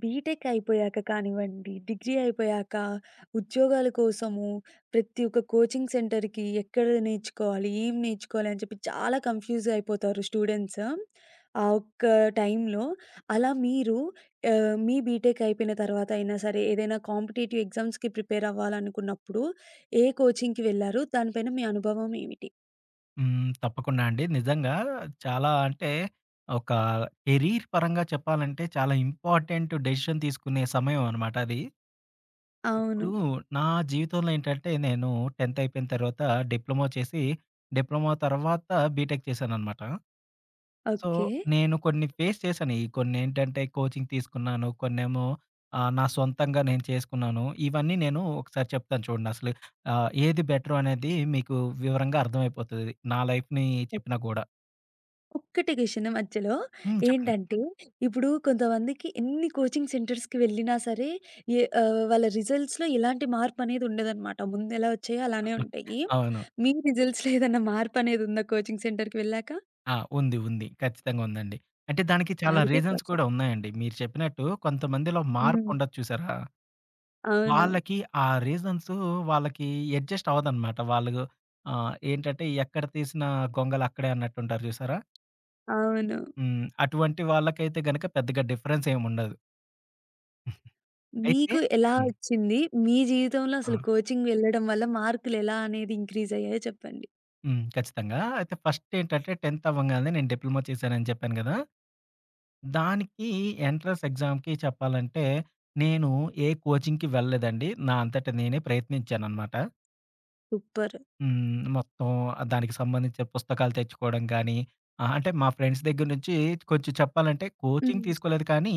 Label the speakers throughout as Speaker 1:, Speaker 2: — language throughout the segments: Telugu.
Speaker 1: బీటెక్ అయిపోయాక కానివ్వండి, డిగ్రీ అయిపోయాక ఉద్యోగాల కోసము ప్రతి ఒక్క కోచింగ్ సెంటర్‌కి ఎక్కడ నేర్చుకోవాలి, ఏం నేర్చుకోవాలి అని చెప్పి చాలా కన్‌ఫ్యూజ్ అయిపోతారు స్టూడెంట్స్. ఆ ఒక్క టైంలో అలా మీరు మీ బీటెక్ అయిపోయిన తర్వాత అయినా సరే ఏదైనా కాంపిటీటివ్ ఎగ్జామ్స్‌కి ప్రిపేర్ అవ్వాలనుకున్నప్పుడు ఏ కోచింగ్‌కి వెళ్లారు? దాని పైన మీ అనుభవం ఏమిటి?
Speaker 2: హ్మ్. తప్పకుండా అండి. నిజంగా చాలా అంటే ఒక కెరీర్ పరంగా చెప్పాలంటే చాలా ఇంపార్టెంట్ డెసిషన్ తీసుకునే సమయం అనమాట అది.
Speaker 1: అవును.
Speaker 2: ఇప్పుడు నా జీవితంలో ఏంటంటే నేను 10థ్ అయిపోయిన తర్వాత డిప్లొమా చేసి, డిప్లొమా తర్వాత బీటెక్ చేశాననమాట. So,
Speaker 1: okay.
Speaker 2: నేను కొన్ని ఫేస్ చేశాను. ఈ కొన్నేంటంటే కోచింగ్ తీసుకున్నాను. కొన్నేమో నా సొంతంగా నేను చేసుకున్నాను. ఇవన్నీ నేను ఒకసారి చెప్తాను చూడండి. అసలు ఏది బెటర్ అనేది మీకు వివరంగా అర్థమైపోతది. నా లైఫ్‌ని చెప్పినా కూడా.
Speaker 1: ఒక్కటి క్వెషన్ మధ్యలో.
Speaker 2: హ్మ్. చెప్పండి.
Speaker 1: ఏంటంటే, ఇప్పుడు కొంతమందికి ఎన్ని కోచింగ్ సెంటర్స్‌కి వెళ్ళినా సరే, వాళ్ళ రిజల్ట్స్‌లో ఎలాంటి మార్పనేది ఉండదనమాట. ముందెలా వచ్చాయో అలానే ఉంటాయి.
Speaker 2: అవును.
Speaker 1: మీ రిజల్ట్స్‌లో ఏదన్నా మార్పనేది ఉందా కోచింగ్ సెంటర్‌కి వెళ్ళాక?
Speaker 2: ఆ! ఉంది. ఉంది. ఖచ్చితంగా ఉందండి. అంటే దానికి
Speaker 1: ఆ,
Speaker 2: చాలా
Speaker 1: ఇదే
Speaker 2: రీజన్స్
Speaker 1: ప్రశ్న.
Speaker 2: కూడా ఉన్నాయండి. మీరు చెప్పినట్టు కొంతమందిలో
Speaker 1: హ్మ్.
Speaker 2: మార్పుండదు చూసారా?
Speaker 1: అవును.
Speaker 2: వాళ్ళకి ఆ రీజన్స్ వాళ్ళకి అడ్జస్ట్ అవ్వదనమాట. వాళ్ళు ఏంటంటే ఎక్కడ తీసిన గొంగలక్కడే అన్నట్టుంటారు చూసారా?
Speaker 1: అవును.
Speaker 2: హ్మ్. అటువంటి వాళ్ళకైతే గనక పెద్దగా డిఫరెన్స్ ఏముండదు. అయితే
Speaker 1: మీకు ఎలా
Speaker 2: హ్మ్.
Speaker 1: వచ్చింది? మీ జీవితంలో
Speaker 2: ఆ!
Speaker 1: అసలు కోచింగ్ వెళ్ళడం వల్ల మార్కులెలా అనేది ఇంక్రీజ్ అయ్యాయో చెప్పండి.
Speaker 2: హ్మ్. ఖచ్చితంగా. అయితే ఫస్ట్ ఏంటంటే 10థ్ అవ్వంగానే నేను డిప్లొమా చేశానని చెప్పాను గదా! దానికి ఎంట్రన్స్ ఎగ్జామ్‌కి చెప్పాలంటే, నేను ఏ కోచింగ్‌కి వెళ్ళలేదండి. నా అంతట నేనే ప్రయత్నించాననమాట.
Speaker 1: సూపర్.
Speaker 2: హ్మ్. మొత్తం దానికి సంబంధించిన పుస్తకాలు తెచ్చుకోవడం గానీ, అంటే మా ఫ్రెండ్స్ దగ్గర నుంచి కొంచెం చెప్పాలంటే కోచింగ్
Speaker 1: హ్మ్.
Speaker 2: తీసుకోలేదు కానీ,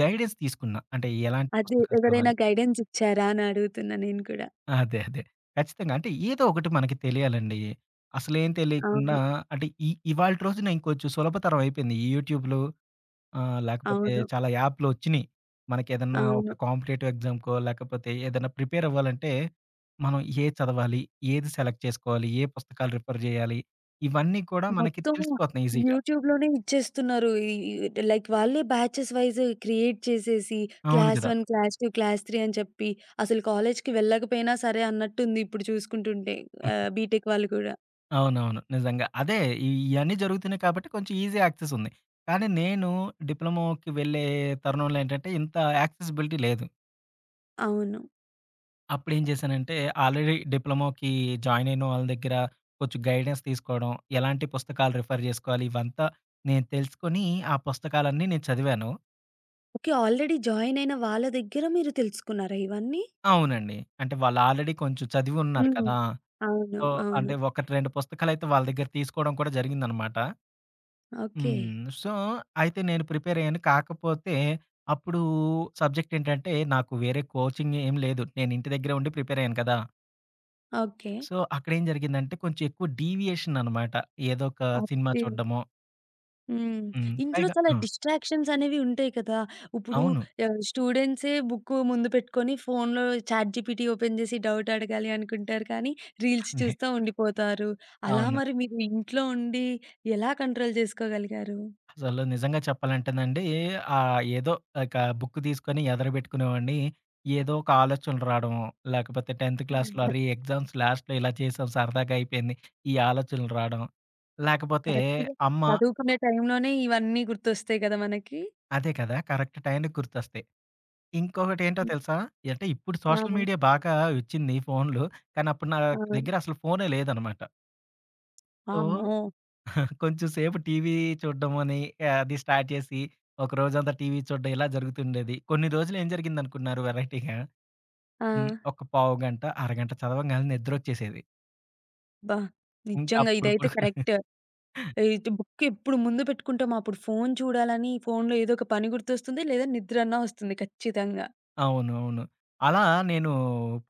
Speaker 2: గైడెన్స్ తీసుకున్నా. అంటే ఎలాంటి
Speaker 1: అదే
Speaker 2: పుస్తకాలు
Speaker 1: ఎవరైనా
Speaker 2: చదవాలి?
Speaker 1: గైడెన్స్ ఇచ్చారా అని అడుగుతున్నా నేను కూడా.
Speaker 2: అదే. అదే. ఖచ్చితంగా. అంటే ఏదో ఒకటి మనకి తెలియాలండి. అసలేం తెలియకుండా
Speaker 1: అవును.
Speaker 2: అంటే ఇవాల్టి రోజున ఇంకొంచెం సులభతరం అయిపోయింది ఈ యూట్యూబ్‌లు ఆ! లేకపోతే
Speaker 1: అవును.
Speaker 2: చాలా యాప్‌లొచ్చినియి. మనకేదన్నా ఒక
Speaker 1: అవును.
Speaker 2: కాంపిటేటివ్ ఎగ్జామ్‌కో, లేకపోతే ఏదైనా ప్రిపేర్ అవ్వాలంటే, మనం ఏది చదవాలి? ఏది సెలెక్ట్ చేసుకోవాలి? ఏ పుస్తకాలు రిఫర్ జేయాలి? ఇవన్నీ కూడా మనకి
Speaker 1: మొత్తం
Speaker 2: తెలిసిపోతున్నాయి ఈజీగా.
Speaker 1: యూట్యూబ్‌లోనే ఇచ్చేస్తున్నారు. ఈ ఈ లైక్ వాళ్ళే బ్యాచెస్ వైస్ క్రియేట్ చేసేసి
Speaker 2: అవును
Speaker 1: క్లాస్
Speaker 2: కదా!
Speaker 1: 1, క్లాస్ 2, క్లాస్ 3 అని చెప్పి అసలు కాలేజ్‌కి వెళ్ళకపోయినా సరే అన్నట్టుంది ఇప్పుడు చూసుకుంటుంటే బీటెక్ వాళ్ళు కూడా.
Speaker 2: అవునవును. నిజంగా. అదే ఇయన్నీ జరుగుతున్నాయి కాబట్టి కొంచెం ఈజీ యాక్సెస్ ఉంది. కానీ నేను డిప్లొమాకి వెళ్ళే తరుణంలో ఏంటంటే ఇంత యాక్సెసిబిలిటీ లేదు.
Speaker 1: అవును.
Speaker 2: అప్పుడేం చేశానంటే, ఆల్రెడీ డిప్లొమాకి జాయిన్ అయిన వాళ్ళ దగ్గర కొంచెం గైడెన్స్ తీసుకోవడం, ఎలాంటి పుస్తకాలు రిఫర్ జేసుకోవాలి, ఇవంతా నేను తెలుసుకొని, ఆ పుస్తకాలన్నీ నేను చదివాను.
Speaker 1: ఓకే. ఆల్రెడీ జాయిన్ అయిన వాళ్ళ దగ్గర మీరు తెలుసుకున్నారా ఇవన్నీ?
Speaker 2: అవునండి. అంటే వాళ్ళు ఆల్రెడీ కొంచెం చదివి ఉన్నారు
Speaker 1: హ్మ్.
Speaker 2: కదా!
Speaker 1: అవును.
Speaker 2: సో, అంటే
Speaker 1: అవును.
Speaker 2: ఒకటి, 2 పుస్తకాలైతే వాళ్ళ దగ్గర తీసుకోవడం కూడా జరిగిందనమాట.
Speaker 1: ఓకే.
Speaker 2: హ్మ్. సో, అయితే నేను ప్రిపేర్ అయ్యాను. కాకపోతే అప్పుడు సబ్జెక్ట్ ఏంటంటే, నాకు వేరే కోచింగ్ ఏం లేదు. నేను ఇంటి దగ్గరే ఉండి ప్రిపేర్ అయ్యాను కదా!
Speaker 1: ఓకే.
Speaker 2: సో, అక్కడేం జరిగిందంటే కొంచెం ఎక్కువ డీవియేషన్ అనమాట. ఏదో ఒక సినిమా
Speaker 1: అదే.
Speaker 2: చూడ్డమో
Speaker 1: హ్మ్.
Speaker 2: హ్మ్.
Speaker 1: ఇంట్లో
Speaker 2: పైగా
Speaker 1: చాలా
Speaker 2: ఆ!
Speaker 1: డిస్ట్రాక్షన్స్ అనేవి ఉంటాయి కదా! ఇప్పుడు
Speaker 2: అవును.
Speaker 1: స్టూడెంట్సే బుక్ ముందు పెట్టుకొని ఫోన్‌లో చాట్‌జీపీటీ ఓపెన్ చేసి డౌట్ అడగాలి అనుకుంటారు. కానీ రీల్స్
Speaker 2: నే
Speaker 1: చూస్తా ఉండిపోతారు. అలా
Speaker 2: అవును.
Speaker 1: మరి మీరు ఇంట్లో ఉండి ఎలా కంట్రోల్ చేసుకోగలిగారు?
Speaker 2: అసలు నిజంగా చెప్పాలంటేనండి ఏదో ఇక బుక్ తీసుకొని ఎదరబెట్టుకునేవాడిని. ఏదో ఒక ఆలోచనలు రావడం, లేకపోతే 10థ్ క్లాస్‌లో అరే! ఎగ్జామ్స్ లాస్ట్‌లో ఇలా చేసాం సరదాగా అయిపోయింది. ఈ ఆలోచనలు రావడం, లేకపోతే
Speaker 1: కరెక్ట్‌గా
Speaker 2: అమ్మ
Speaker 1: చదువుకునే టైంలోనే ఇవన్నీ గుర్తొస్తాయి కదా మనకి.
Speaker 2: అదే కదా! కరెక్ట్ టైంకి గుర్తొస్తాయి. ఇంకొకటేంటో
Speaker 1: హ్మ్.
Speaker 2: తెలుసా? అంటే ఇప్పుడు
Speaker 1: ఆ!
Speaker 2: సోషల్ మీడియా బాగా వచ్చింది ఫోన్లు. కానీ అప్పుడు నా
Speaker 1: ఆ!
Speaker 2: దగ్గర అసలు ఫోనే లేదనమాట. సో,
Speaker 1: వామ్మో!
Speaker 2: కొంచెం సేపు టీవీ చూడడం అని ఆ, అది స్టార్ట్ చేసి, ఒక రోజంతా టీవీ చూడడం ఇలా జరుగుతుండేది. కొన్ని రోజులు ఏం జరిగిందనుకున్నారు వెరైటీగా?
Speaker 1: ఆ!
Speaker 2: హ్మ్. ఒక పావుగంట, అరగంట చదవంగానే నిద్రొచ్చేసేది.
Speaker 1: అబ్బా! నిజంగా
Speaker 2: ఇంకప్పుడు
Speaker 1: ఇదైతే
Speaker 2: పడుకునే
Speaker 1: కరెక్ట్. ఇది బుక్ ఎప్పుడు ముందు పెట్టుకుంటామో, అప్పుడు ఫోను చూడాలని ఫోనులో ఏదో ఒక పని గుర్తొస్తుంది. లేదా నిద్రన్నా వస్తుంది ఖచ్చితంగా.
Speaker 2: అవును. అవును. అలా నేను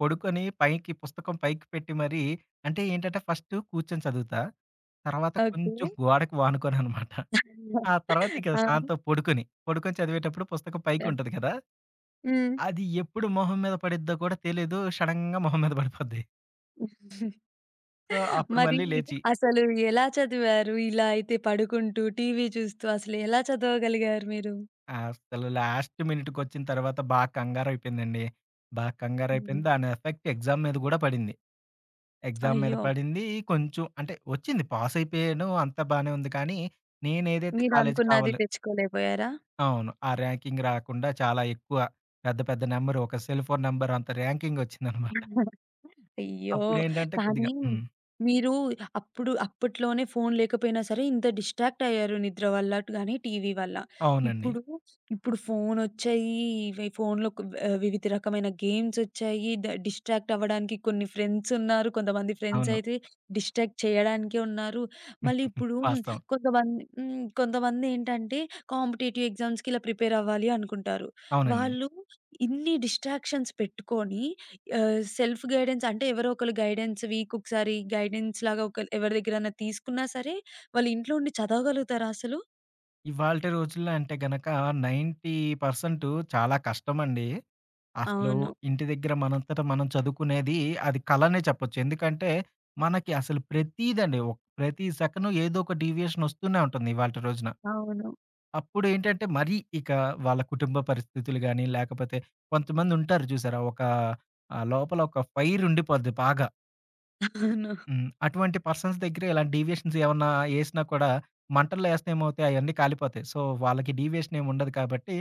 Speaker 2: పడుకొని పైకి పుస్తకం పైకి పెట్టి మరీ అంటే ఏంటంటే ఫస్ట్ కూర్చొని చదువుతా. తర్వాత
Speaker 1: ఓకే.
Speaker 2: కొంచెం గోడకి వానుకోననమాట. ఆ తర్వాత ఇక
Speaker 1: ఆ!
Speaker 2: సాయంత్రం పడుకొని చదివేటప్పుడు పుస్తకం
Speaker 1: యాహ్!
Speaker 2: పైకుంటది కదా!
Speaker 1: హ్మ్.
Speaker 2: అది ఎప్పుడు మొహం మీద పడిద్దో కూడా తెలీదు. షడెన్‌గా మొహం మీద పడిపోద్ది. సో, అప్పుడు
Speaker 1: మరి
Speaker 2: మళ్ళీ లేచి
Speaker 1: అసలు ఎలా చదివారు? ఇలా అయితే పడుకుంటూ, టీవీ చూస్తూ అసలు ఎలా చదవగలిగారు మీరు?
Speaker 2: ఆ అసలు లాస్ట్ మినిట్‌కొచ్చిన తర్వాత బా కంగారైపోయిందండి. బా
Speaker 1: హ్మ్.
Speaker 2: కంగారైపోయింది. దాని ఎఫెక్ట్ ఎగ్జామ్ మీద గూడా పడింది. ఎగ్జామ్ మీద
Speaker 1: అయ్యో!
Speaker 2: పడింది. కొంచెం అంటే వచ్చింది. పాస్ అయిపోయాను. అంతా బానే ఉంది. కానీ నేనేదైతే కాలేజీ
Speaker 1: మీరనుకున్నది
Speaker 2: కావాలి
Speaker 1: తెచ్చుకోలేకపోయారా?
Speaker 2: అవును. ఆ ర్యాంకింగ్ రాకుండా చాలా ఎక్కువ పెద్ద పెద్ద నంబర్ ఒక సెల్ ఫోన్ నంబర్ అంత ర్యాంకింగొచ్చిందనమాట.
Speaker 1: అయ్యో!
Speaker 2: అప్పుడేంటంటే కొద్దిగా
Speaker 1: కానీ
Speaker 2: హ్మ్.
Speaker 1: మీరు అప్పట్లోనే ఫోను లేకపోయినా సరే ఇంత డిస్ట్రాక్ట్ అయ్యారు నిద్ర వల్ల గాని, టీవీ వల్ల.
Speaker 2: అవునండి.
Speaker 1: ఇప్పుడు ఇప్పుడు ఫోనొచ్చాయి. ఇవి వివిధ రకమైన గేమ్సొచ్చాయి. డిస్ట్రాక్ట్ అవ్వడానికి కొన్ని ఫ్రెండ్సున్నారు. కొంతమంది
Speaker 2: అవును.
Speaker 1: ఫ్రెండ్సయితే డిస్ట్రాక్ట్ చేయడానికే ఉన్నారు. మళ్ళీ ఇప్పుడు
Speaker 2: వాస్తవం.
Speaker 1: కొంతమంది కొంతమందేంటంటే కాంపిటేటివ్ ఎగ్జామ్స్‌కి ఇలా ప్రిపేర్ అవ్వాలి అనుకుంటారు.
Speaker 2: అవునండి.
Speaker 1: వాళ్ళు ఇన్ని డిస్ట్రాక్షన్స్ పెట్టుకొని సెల్ఫ్ గైడెన్స్ అంటే ఎవరో ఒకళ్ళు గైడెన్స్‌లాగా ఒక ఎవరి దగ్గరన్నా తీసుకున్నా సరే, వాళ్ళు ఇంట్లో ఉండి చదవగలుగుతారా అసలు?
Speaker 2: ఇవాల్టి రోజుల్లో అంటే గనక 90% చాలా కష్టమండి. అసలు
Speaker 1: అవును.
Speaker 2: ఇంటి దగ్గర మనంతట మనం చదువుకునేది అది కలనే చెప్పొచ్చు. ఎందుకంటే మనకి అసలు ప్రతీదండి. ప్రతి సెకను ఏదో ఒక డీవియేషన్ వస్తూనే ఉంటుంది ఇవాల్టి రోజున.
Speaker 1: అవును.
Speaker 2: అప్పుడేంటంటే మరీ ఇక వాళ్ళ కుటుంబ పరిస్థితులు గాని, లేకపోతే కొంతమందుంటారు చూసారా? ఒక లోపల ఒక ఫైర్ ఉండిపోద్ది బాగా.
Speaker 1: అవును.
Speaker 2: హ్మ్. అటువంటి పర్సన్స్ దగ్గర ఇలా డీవియేషన్స్ ఏమన్నా ఏసినా కూడా మంటల్లో ఏస్తే ఏమవుతాయి అయన్నీ కాలిపోతాయి. సో, వాళ్ళకి డీవియేషన్ ఏమి ఉండదు కాబట్టి,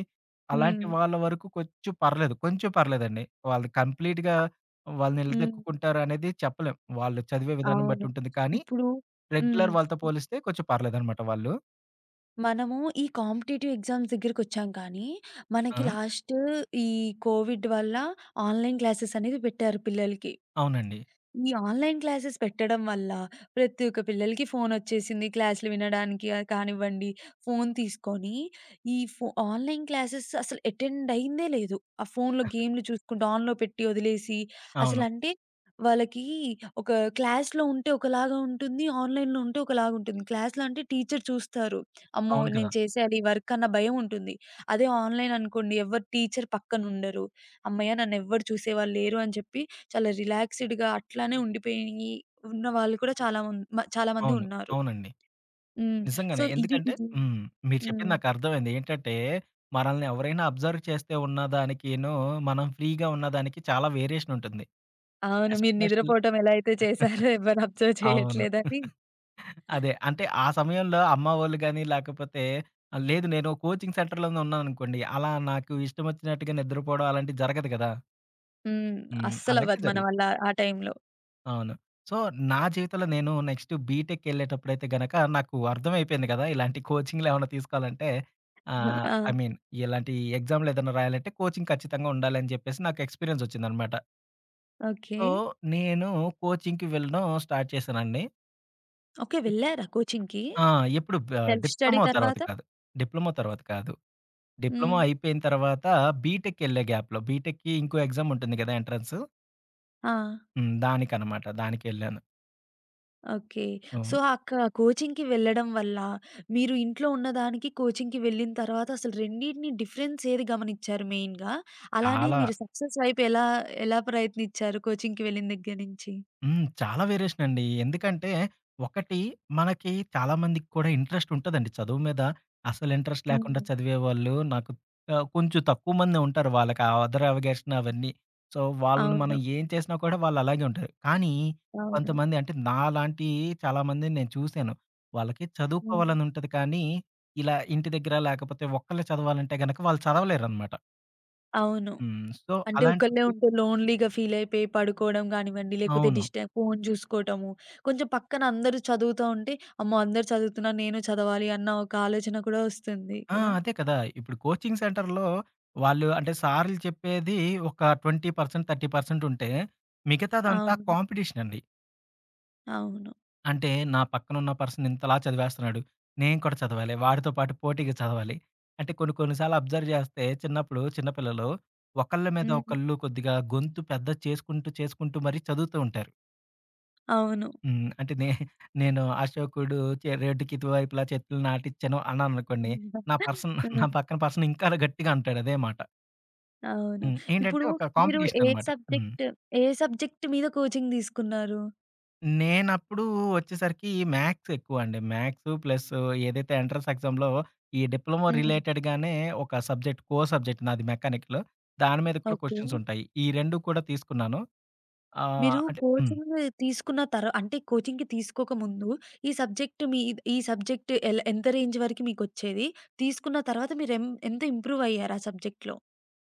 Speaker 1: హ్మ్.
Speaker 2: అలాంటి వాళ్ళ వరకు కొంచెం పర్లేదు. కొంచెం పర్లేదండి. వాళ్ళు కంప్లీట్‌గా వాళ్ళని
Speaker 1: హ్మ్.
Speaker 2: నిలదొక్కుకుంటారు అనేది చెప్పలేం. వాళ్ళు చదివే విధానం బట్టి
Speaker 1: అవును.
Speaker 2: ఉంటుంది. కానీ
Speaker 1: ఇప్పుడు హ్మ్.
Speaker 2: రెగ్యులర్ వాళ్ళతో పోలిస్తే కొంచెం పర్లేదనమాట వాళ్ళు.
Speaker 1: మనము ఈ కాంపిటీటివ్ ఎగ్జామ్స్ దగ్గరికొచ్చాం కానీ, మనకి
Speaker 2: ఆ!
Speaker 1: లాస్ట్ ఈ కోవిడ్ వల్ల ఆన్‌లైన్ క్లాసెస్ అనేది పెట్టారు పిల్లలకి.
Speaker 2: అవునండి.
Speaker 1: ఈ ఆన్‌లైన్ క్లాసెస్ పెట్టడం వల్ల ప్రతి ఒక్క పిల్లలకి ఫోనొచ్చేసింది. క్లాసులు వినడానికి కానివ్వండి, ఫోను తీసుకొని ఈ ఫో ఆన్‌లైన్ క్లాసెస్ అసలు అటెండ్ అయిందే లేదు. ఆ ఫోనులో గేములు చూసుకుంటూ ఆన్‌లో పెట్టి వదిలేసి
Speaker 2: అవును.
Speaker 1: అసలంటే వాళ్ళకి ఒక క్లాస్‌లో ఉంటే ఒకలాగా ఉంటుంది. ఆన్‌లైన్‌లో ఉంటే ఒకలాగా ఉంటుంది. క్లాస్‌లో అంటే టీచర్ చూస్తారు. అమ్మో!
Speaker 2: అవును కదా!
Speaker 1: నేను చేసేయాలి ఈ వర్క్ అన్న భయం ఉంటుంది. అదే ఆన్‌లైన్ అనుకోండి ఎవరు టీచర్ పక్కనుండరు. హమ్మయ్య! నన్నెవ్వరు చూసేవాళ్ళు లేరు అని చెప్పి చాలా రిలాక్స్‌డ్‌గా అట్లానే ఉండిపోయి ఉన్న వాళ్ళు కూడా చాలా మం మ చాలా మంది
Speaker 2: అవును.
Speaker 1: ఉన్నారు.
Speaker 2: అవునండి.
Speaker 1: హ్మ్. సో,
Speaker 2: నిజంగానే.
Speaker 1: ఇది
Speaker 2: ఎందుకంటే
Speaker 1: ఇది
Speaker 2: హ్మ్. మీరు
Speaker 1: హ్మ్.
Speaker 2: చెప్పింది నాకర్థమైంది. ఏంటంటే, మనల్ని ఎవరైనా అబ్జర్వ్ చేస్తే ఉన్నదానికిను, మనం ఫ్రీగా ఉన్నదానికి చాలా వేరియేషన్ ఉంటుంది.
Speaker 1: అవును. మీరు
Speaker 2: ఎస్పెషల్లీ
Speaker 1: నిద్రపోవటం ఎలా అయితే చేశారో ఎవ్వరు అబ్జర్వ్
Speaker 2: అవును.
Speaker 1: చేయట్లేదని.
Speaker 2: అదే. అంటే ఆ సమయంలో అమ్మ వాళ్ళు గాని, లేకపోతే లేదు నేను కోచింగ్ సెంటర్‌లోనే ఉన్నాననుకోండి. అలా నాకు ఇష్టమొచ్చినట్టుగా నిద్రపోవడం అలాంటివి జరగదు కదా!
Speaker 1: హ్మ్.
Speaker 2: హ్మ్. అలాగే
Speaker 1: అస్సలవ్వదు మన
Speaker 2: జరుగుతుంది.
Speaker 1: వల్ల ఆ టైంలో.
Speaker 2: అవును. సో, నా జీవితంలో నేను నెక్స్ట్ బీటెక్‌కెళ్ళేటప్పుడైతే గనక నాకు అర్థమైపోయింది కదా! ఇలాంటి కోచింగ్‌లేమన్నా తీసుకోవాలంటే ఐ
Speaker 1: ఆ!
Speaker 2: మీన్ ఇలాంటి ఎగ్జామ్‌లేదన్నా రాయాలంటే కోచింగ్ ఖచ్చితంగా ఉండాలని చెప్పేసి నాకు ఎక్స్‌పీరియన్స్ ఒచ్చిందనమాట.
Speaker 1: ఓకే.
Speaker 2: సో, నేను కోచింగ్‌కి వెళ్ళడం స్టార్ట్ చేశానండి.
Speaker 1: ఓకే.
Speaker 2: ఇక్
Speaker 1: వెళ్లారా కోచింగ్‌కి?
Speaker 2: ఆ! ఎప్పుడు బ
Speaker 1: సెల్ఫ్ స్టడీ
Speaker 2: డిప్లొమా తర్వాత
Speaker 1: తర్వాత?
Speaker 2: కాదు. డిప్లొమా తర్వాత కాదు.
Speaker 1: హ్మ్.
Speaker 2: డిప్లొమా అయిపోయిన తర్వాత బీటెక్‌కెళ్ళే గ్యాప్‌లో బీటెక్‌కి ఇంకో ఎగ్జామ్ ఉంటుంది కదా! ఎంట్రన్స్.
Speaker 1: ఆ!
Speaker 2: హ్మ్. దానికనమాట. దానికెళ్ళాను.
Speaker 1: ఓకే. సో,
Speaker 2: హ్మ్.
Speaker 1: అక్కడ కోచింగ్‌కి వెళ్ళడం వల్ల, మీరు ఇంట్లో ఉన్నదానికి కోచింగ్‌కి వెళ్ళిన తర్వాత అసలు రెండిటిని డిఫరెన్స్ ఏది గమనిచ్చారు మెయిన్‌గా? అలానే
Speaker 2: చాలా
Speaker 1: మీరు సక్సెస్ వైపు ఎలా, ఎలా ప్రయత్నిచ్చారు కోచింగ్‌కి వెళ్ళిన దగ్గర నుంచి?
Speaker 2: హ్మ్. చాలా వేరియేషన్ అండి. ఎందుకంటే, ఒకటి మనకి చాలా మందికి కూడా ఇంట్రెస్ట్ ఉంటదండి చదువు మీద. అసలు ఇంట్రెస్ట్ లేకుండా
Speaker 1: హ్మ్.
Speaker 2: చదివేవాళ్ళు నాకు కొంచెం తక్కువ మందే ఉంటారు. వాళ్ళకి ఆ అదర్ అవగేషన్ అవన్నీ. సో, వాళ్ళని
Speaker 1: అవును.
Speaker 2: మనం ఏం చేసినా కూడా వాళ్ళు అలాగే ఉంటారు. కానీ
Speaker 1: అవును.
Speaker 2: కొంతమంది అంటే నాలాంటి చాలా మందిని నేను చూసాను. వాళ్ళకి
Speaker 1: హ్మ్.
Speaker 2: చదువుకోవాలని ఉంటది కానీ, ఇలా ఇంటి దగ్గర లేకపోతే ఒక్కళ్ళే చదవాలంటే గనక వాళ్ళు చదవలేరనమాట.
Speaker 1: అవును.
Speaker 2: హ్మ్. సో,
Speaker 1: అంటే ఒకళ్ళే
Speaker 2: అలాంటప్పుడు
Speaker 1: ఉంటే లోన్‌లీగా ఫీల్ అయిపోయి పడుకోవడం గానివ్వండి, లేకపోతే
Speaker 2: అవును.
Speaker 1: ఫోను జూసుకోవటము, కొంచెం పక్కన అందరూ చదువుతా ఉంటే, అమ్మో! అందరూ చదువుతున్నారు నేను చదవాలి అన్న ఒక ఆలోచన కూడా వస్తుంది
Speaker 2: ఆ!
Speaker 1: కదా!
Speaker 2: అదే కదా! ఇప్పుడు కోచింగ్ సెంటర్‌లో వాళ్ళు అంటే సార్‌లు చెప్పేది ఒక 20%, 30% ఉంటే, మిగతాదంతా
Speaker 1: అవును.
Speaker 2: కాంపిటీషన్ అండి.
Speaker 1: అవును.
Speaker 2: అంటే నా పక్కనున్న పర్సన్ ఇంతలా చదివేస్తున్నాడు. నేను కూడా చదవాలి. వాడితో పాటు పోటీగా చదవాలి. అంటే కొన్ని కొన్ని సార్లు అబ్జర్వ్ చేస్తే చిన్నప్పుడు చిన్నపిల్లలు ఒకళ్ళ మీద
Speaker 1: హ్మ్.
Speaker 2: ఒకళ్ళు కొద్దిగా గొంతు పెద్ద చేసుకుంటూ చేసుకుంటూ మరీ చదువుతూ ఉంటారు.
Speaker 1: అవును.
Speaker 2: హ్మ్. అంటే నేను అశోకుడు రోడ్డుకి ఇరువైపులా చెట్లు నాటిచ్చాను అన్నాననుకోండి.
Speaker 1: హ్మ్.
Speaker 2: నా పర్సన్ నా పక్కన పర్సన్ ఇంకా గట్టిగా అంటాడు అదే మాట.
Speaker 1: అవును.
Speaker 2: హ్మ్. ఏంటంటే
Speaker 1: ఇప్పుడు
Speaker 2: ఒక
Speaker 1: మీరు
Speaker 2: కాంపిటీషన్ అనమాట. హ్మ్.
Speaker 1: ఏ సబ్జెక్ట్ మీద కోచింగ్ తీసుకున్నారు?
Speaker 2: నేనప్పుడు వచ్చేసరికి మ్యాథ్స్ ఎక్కువండి. మ్యాథ్స్ ప్లస్ ఏదైతే ఎంట్రన్స్ ఎగ్జామ్‌లో ఈ డిప్లొమా
Speaker 1: హ్మ్.
Speaker 2: రిలేటెడ్‌గానే ఒక సబ్జెక్ట్ కో సబ్జెక్ట్ నాది మెకానికల్. దాని మీద కూడా
Speaker 1: ఓకే.
Speaker 2: క్వెషన్స్ ఉంటాయి. ఈ 2 కూడా తీసుకున్నాను.
Speaker 1: మీరు
Speaker 2: అంటే హ్మ్.
Speaker 1: కోచింగ్ తీసుకున్న తర అంటే కోచింగ్‌కి తీసుకోక ముందు ఈ సబ్జెక్ట్ మీ ఈ సబ్జెక్ట్ ఎంత రేంజ్ వరకు మీకొచ్చేది? తీసుకున్న తర్వాత మీరు ఎంత ఇంప్రూవ్ అయ్యారు ఆ సబ్జెక్ట్‌లో?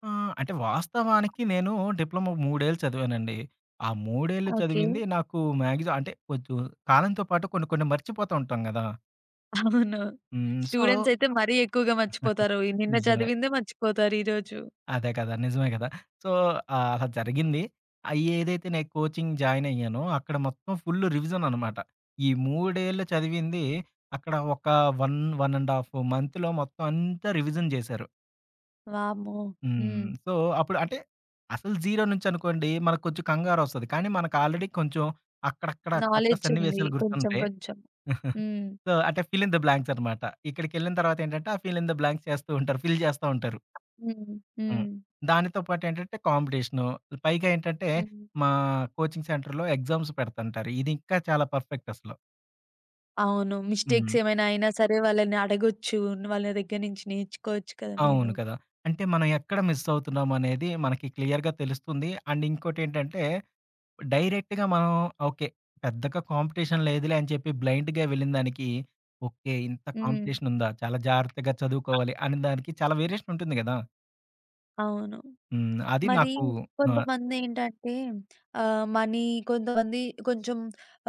Speaker 2: అంటే వాస్తవానికి నేను డిప్లొమా 3 ఏళ్ళు చదివానండి. ఆ 3 ఏళ్ళు
Speaker 1: ఓకే.
Speaker 2: చదివింది నాకు మ్యాక్సిమం అంటే కొంచెం కాలంతో పాటు కొన్ని కొన్ని మర్చిపోతూ ఉంటాం గదా!
Speaker 1: అవును.
Speaker 2: హ్మ్. సో
Speaker 1: స్టూడెంట్స్ అయితే మరీ ఎక్కువగా మర్చిపోతారు. నిన్న
Speaker 2: నిజమే.
Speaker 1: చదివిందే మర్చిపోతారు ఈరోజు.
Speaker 2: అదే కదా! నిజమే కదా! సో, అలా జరిగింది. ఏదైతే నేను కోచింగ్ జాయిన్ అయ్యానో అక్కడ మొత్తం ఫుల్ రివిజన్ అనమాట. ఈ 3 ఏళ్ళు చదివింది అక్కడ ఒక 1, 1½ ½ మంత్‌లో మొత్తం అంతా రివిజన్ చేశారు.
Speaker 1: వామ్మో!
Speaker 2: హ్మ్.
Speaker 1: హ్మ్.
Speaker 2: సో, అప్పుడు అంటే అసలు జీరో నుంచి అనుకోండి మనకు కొంచెం కంగారొస్తది. కానీ మనకు ఆల్రెడీ కొంచెం అక్కడక్కడ
Speaker 1: నాలెడ్జుంది.
Speaker 2: సన్నివేశాలు
Speaker 1: కొంచెం
Speaker 2: గుర్తుంటాయి.
Speaker 1: కొంచెం. హ్మ్.
Speaker 2: సో, అంటే ఫిల్ ఇన్ ద బ్లాంక్స్ అనమాట. ఇక్కడికెళ్ళిన తర్వాత ఏంటంటే ఆ ఫిల్ ఇన్ ద బ్లాంక్స్ చేస్తూ ఉంటారు. ఫిల్ చేస్తా ఉంటారు.
Speaker 1: హ్మ్. హ్మ్.
Speaker 2: హ్మ్. దానితో పాటేంటంటే కాంపిటీషను. పైగా ఏంటంటే
Speaker 1: హ్మ్.
Speaker 2: మా కోచింగ్ సెంటర్‌లో ఎగ్జామ్స్ పెడతంటారు. ఇది ఇంకా చాలా పర్ఫెక్ట్ అసలు.
Speaker 1: అవును.
Speaker 2: హ్మ్.
Speaker 1: మిస్టేక్స్ ఏమైనా అయినా సరే వాళ్ళని అడగొచ్చు. వాళ్ళ దగ్గర నుంచి నేర్చుకోవచ్చు కదా మీరు.
Speaker 2: అవును కదా! అంటే మనం ఎక్కడ మిస్ అవుతున్నాం అనేది మనకి క్లియర్‌గా తెలుస్తుంది. అండ్ ఇంకోటేంటంటే డైరెక్ట్‌గా మనం ఓకే. పెద్దగా కాంపిటీషన్ లేదులే అని చెప్పి బ్లైండ్‌గా వెళ్ళిన దానికి ఓకే. ఇంత
Speaker 1: హ్మ్.
Speaker 2: కాంపిటీషన్ ఉందా? చాలా జాగ్రత్తగా చదువుకోవాలి అనే దానికి చాలా వేరియేషన్ ఉంటుంది గదా!
Speaker 1: అవును.
Speaker 2: హ్మ్. అది
Speaker 1: మరి
Speaker 2: నాకు ఆహ్,
Speaker 1: కొంతమందేంటంటే ఆహ్, మనీ కొంతమంది కొంచెం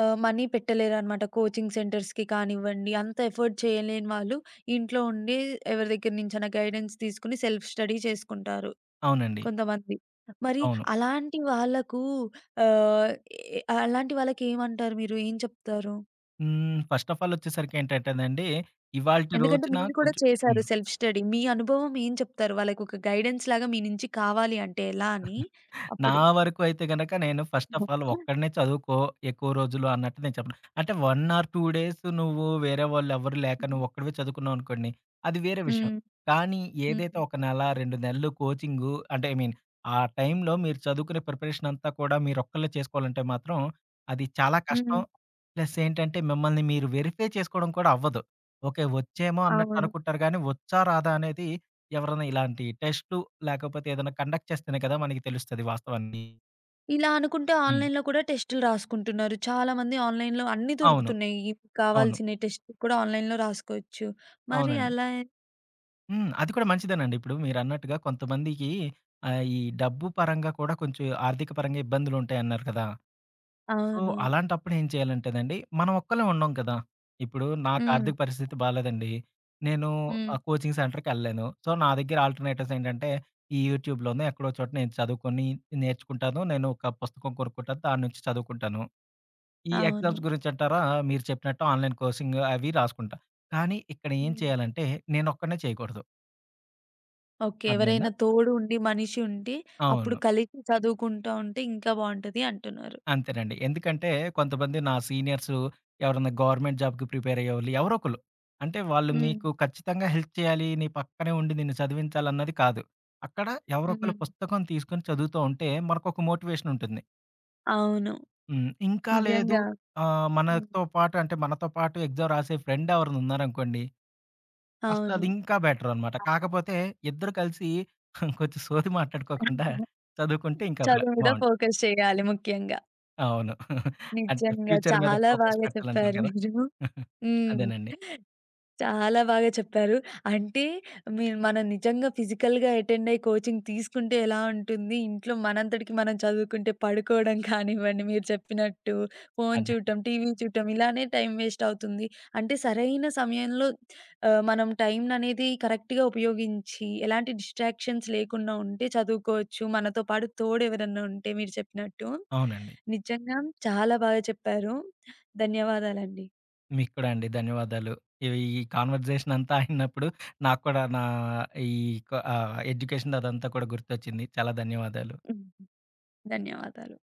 Speaker 1: మనీ పెట్టలేరనమాట. కోచింగ్ సెంటర్స్‌కి కానివ్వండి, అంత ఎఫర్ట్ చేయలేని వాళ్ళు ఇంట్లో ఉండి ఎవరి దగ్గర నుంచైనా గైడెన్స్ తీసుకొని సెల్ఫ్ స్టడీ చేసుకుంటారు.
Speaker 2: అవునండి.
Speaker 1: కొంతమంది. మరి
Speaker 2: అవును.
Speaker 1: అలాంటి వాళ్ళకు ఆహ్, ఎ అలాంటి వాళ్ళకేమంటారు మీరు? ఏం చెప్తారు?
Speaker 2: హ్మ్. ఫస్ట్ ఆఫ్ ఆల్ వచ్చేసరికి ఏంటంటేనండి, ఇవాల్టి
Speaker 1: ఎందుకంటే
Speaker 2: రోజున
Speaker 1: మీరు కూడా
Speaker 2: కొంచెం
Speaker 1: చేశారు
Speaker 2: హ్మ్.
Speaker 1: Self study. మీ అనుభవం ఏం చెప్తారు? వాళ్ళకొక గైడెన్స్ లాగా మీ నుంచి కావాలి అంటే ఎలా అని
Speaker 2: నా
Speaker 1: అప్పుడు?
Speaker 2: వరకు అయితే గనక నేను ఫస్ట్ ఆఫ్ ఆల్ ఒక్కడినే చదువుకో ఎక్కువ రోజులు అన్నట్టు నేను చెప్పను. అంటే 1 ఆర్ 2 డేస్ నువ్వు వేరే వాళ్ళెవ్వరు లేక నువ్వొక్కడివే చదువుకున్నావు అనుకోండి. అది వేరే విషయం.
Speaker 1: హ్మ్.
Speaker 2: కానీ
Speaker 1: హ్మ్.
Speaker 2: ఏదైతే ఒక నెల, 2 నెలలు కోచింగు అంటే ఐ మీన్ ఆ టైంలో మీరు చదువుకునే ప్రిపరేషన్ అంతా కూడా మీరొక్కళ్ళే చేసుకోవాలంటే మాత్రం అది చాలా కష్టం.
Speaker 1: హ్మ్.
Speaker 2: ప్లస్ ఏంటంటే మిమ్మల్ని మీరు వెరిఫై చేసుకోవడం కూడా అవ్వదు. ఓకే. వచ్చేమో అన్నట్టు
Speaker 1: అవును.
Speaker 2: అనుకుంటారు గానీ వచ్చా రాదా అనేది ఎవరైనా ఇలాంటి టెస్ట్‌లు లేకపోతే ఏదైనా కండక్ట్ చేస్తేనే కదా! మనకి తెలుస్తది వాస్తవాన్ని.
Speaker 1: ఇలా అనుకుంటే
Speaker 2: హ్మ్.
Speaker 1: ఆన్‌లైన్‌లో కూడా టెస్టులు రాసుకుంటున్నారు. చాలామంది ఆన్‌లైన్‌లో అన్నీ
Speaker 2: అవును.
Speaker 1: దొరుకుతున్నాయి. ఇవి
Speaker 2: అవును.
Speaker 1: కావాల్సిన టెస్ట్ కూడా ఆన్‌లైన్‌లో రాసుకోవచ్చు. మరి
Speaker 2: అవునండి.
Speaker 1: అలా
Speaker 2: హ్మ్. అది కూడా మంచిదేనండి. ఇప్పుడు మీరన్నట్టుగా కొంతమందికి ఈ డబ్బు పరంగా కూడా కొంచెం ఆర్థిక పరంగా ఇబ్బందులుంటాయన్నారు కదా! సో,
Speaker 1: అవును.
Speaker 2: అలాంటప్పుడు ఏం చేయాలంటేనండి, మనం ఒక్కళ్ళమే ఉండం కదా! ఇప్పుడు నాకు
Speaker 1: హ్మ్.
Speaker 2: ఆర్థిక పరిస్థితి బాలేదండి. నేను
Speaker 1: హ్మ్.
Speaker 2: కోచింగ్ సెంటర్‌కెళ్ళలేను. సో, నా దగ్గర ఆల్టర్‌నేటివ్స్ ఏంటంటే, ఈ యూట్యూబ్‌లోనో ఎక్కడో చోట నేను చదువుకొని నేర్చుకుంటాను. నేను ఒక పుస్తకం కొనుక్కుంటాను. దాని నుంచి చదువుకుంటాను. ఈ
Speaker 1: అవును.
Speaker 2: ఎగ్జామ్స్ గురించంటారా? మీరు చెప్పినట్టు ఆన్‌లైన్ కోర్సింగ్ అవి రాసుకుంటా. కానీ ఇక్కడ ఏం
Speaker 1: హ్మ్.
Speaker 2: చేయాలంటే నేనొక్కడినే చేయకూడదు.
Speaker 1: ఓకే.
Speaker 2: అర్థమైందా?
Speaker 1: ఎవరైనా తోడు ఉండి, మనిషి ఉండి, అప్పుడు
Speaker 2: అవును.
Speaker 1: కలిసి చదువుకుంటా ఉంటే ఇంకా బావుంటది అంటున్నారు.
Speaker 2: అంతేనండి. ఎందుకంటే కొంతమంది నా సీనియర్స్ ఎవరన్నా గవర్నమెంట్ జాబ్‌కి ప్రిపేర్ అయ్యేవాళ్ళు ఎవరో ఒకళ్ళు. అంటే వాళ్ళు
Speaker 1: హ్మ్.
Speaker 2: నీకు ఖచ్చితంగా హెల్ప్ చేయాలి. నీ పక్కనే ఉండి నిన్ను చదివించాలన్నది కాదు. అక్కడ ఎవరో
Speaker 1: హ్మ్.
Speaker 2: ఒకళ్ళు పుస్తకం తీసుకొని చదువుతూ ఉంటే మనకొక మోటివేషన్ ఉంటుంది.
Speaker 1: అవును.
Speaker 2: హ్మ్. ఇంకా లేదు
Speaker 1: నిజంగా. హ్మ్.
Speaker 2: మనతో పాటు అంటే మనతో పాటు ఎగ్జామ్ రాసే ఫ్రెండ్ ఎవరైనా ఉన్నారనుకోండి అసలు
Speaker 1: అవును.
Speaker 2: అది ఇంకా బెటరనమాట. కాకపోతే ఇద్దరు కలిసి కొంచెం సోది మాట్లాడుకోకుండా చదువుకుంటే ఇంకా అట్లా
Speaker 1: చదువు మీద
Speaker 2: బావుంటుంది.
Speaker 1: ఫోకస్ చేయాలి ముఖ్యంగా.
Speaker 2: అవును. అంటే
Speaker 1: నిజంగా
Speaker 2: ఫ్యూచర్ మీద
Speaker 1: చాలా
Speaker 2: ఫోకస్
Speaker 1: బాగా
Speaker 2: పెట్టాలంటారు
Speaker 1: చెప్పారు
Speaker 2: కదా!
Speaker 1: మీరు. హ్మ్.
Speaker 2: అదేనండి.
Speaker 1: చాలా బాగా చెప్పారు. అంటే మనం నిజంగా ఫిజికల్‌గా అటెండ్ అయ్యి కోచింగ్ తీసుకుంటే ఎలా ఉంటుంది? ఇంట్లో మనంతటికి మనం చదువుకుంటే పడుకోవడం కానివ్వండి మీరు చెప్పినట్టు, ఫోను
Speaker 2: అదే.
Speaker 1: చూడటం, టీవీ చూడటం ఇలానే టైం వేస్ట్ అవుతుంది. అంటే సరైన సమయంలో మనం టైంననేది కరెక్ట్‌గా ఉపయోగించి ఎలాంటి డిస్ట్రాక్షన్స్ లేకుండా ఉంటే చదువుకోవచ్చు. మనతో పాటు తోడు ఎవరన్నా ఉంటే మీరు చెప్పినట్టు.
Speaker 2: అవునండి.
Speaker 1: నిజంగా చాలా బాగా చెప్పారు. ధన్యవాదాలండి.
Speaker 2: మీకు కూడా అండి. ధన్యవాదాలు. ఇవి ఈ కాన్వర్జేషన్ అంతా అయినప్పుడు నాకు కూడా నా ఈ ఎడ్యుకేషన్ అదంతా కూడా గుర్తొచ్చింది. చాలా ధన్యవాదాలు.
Speaker 1: ఉమ్, ధన్యవాదాలు.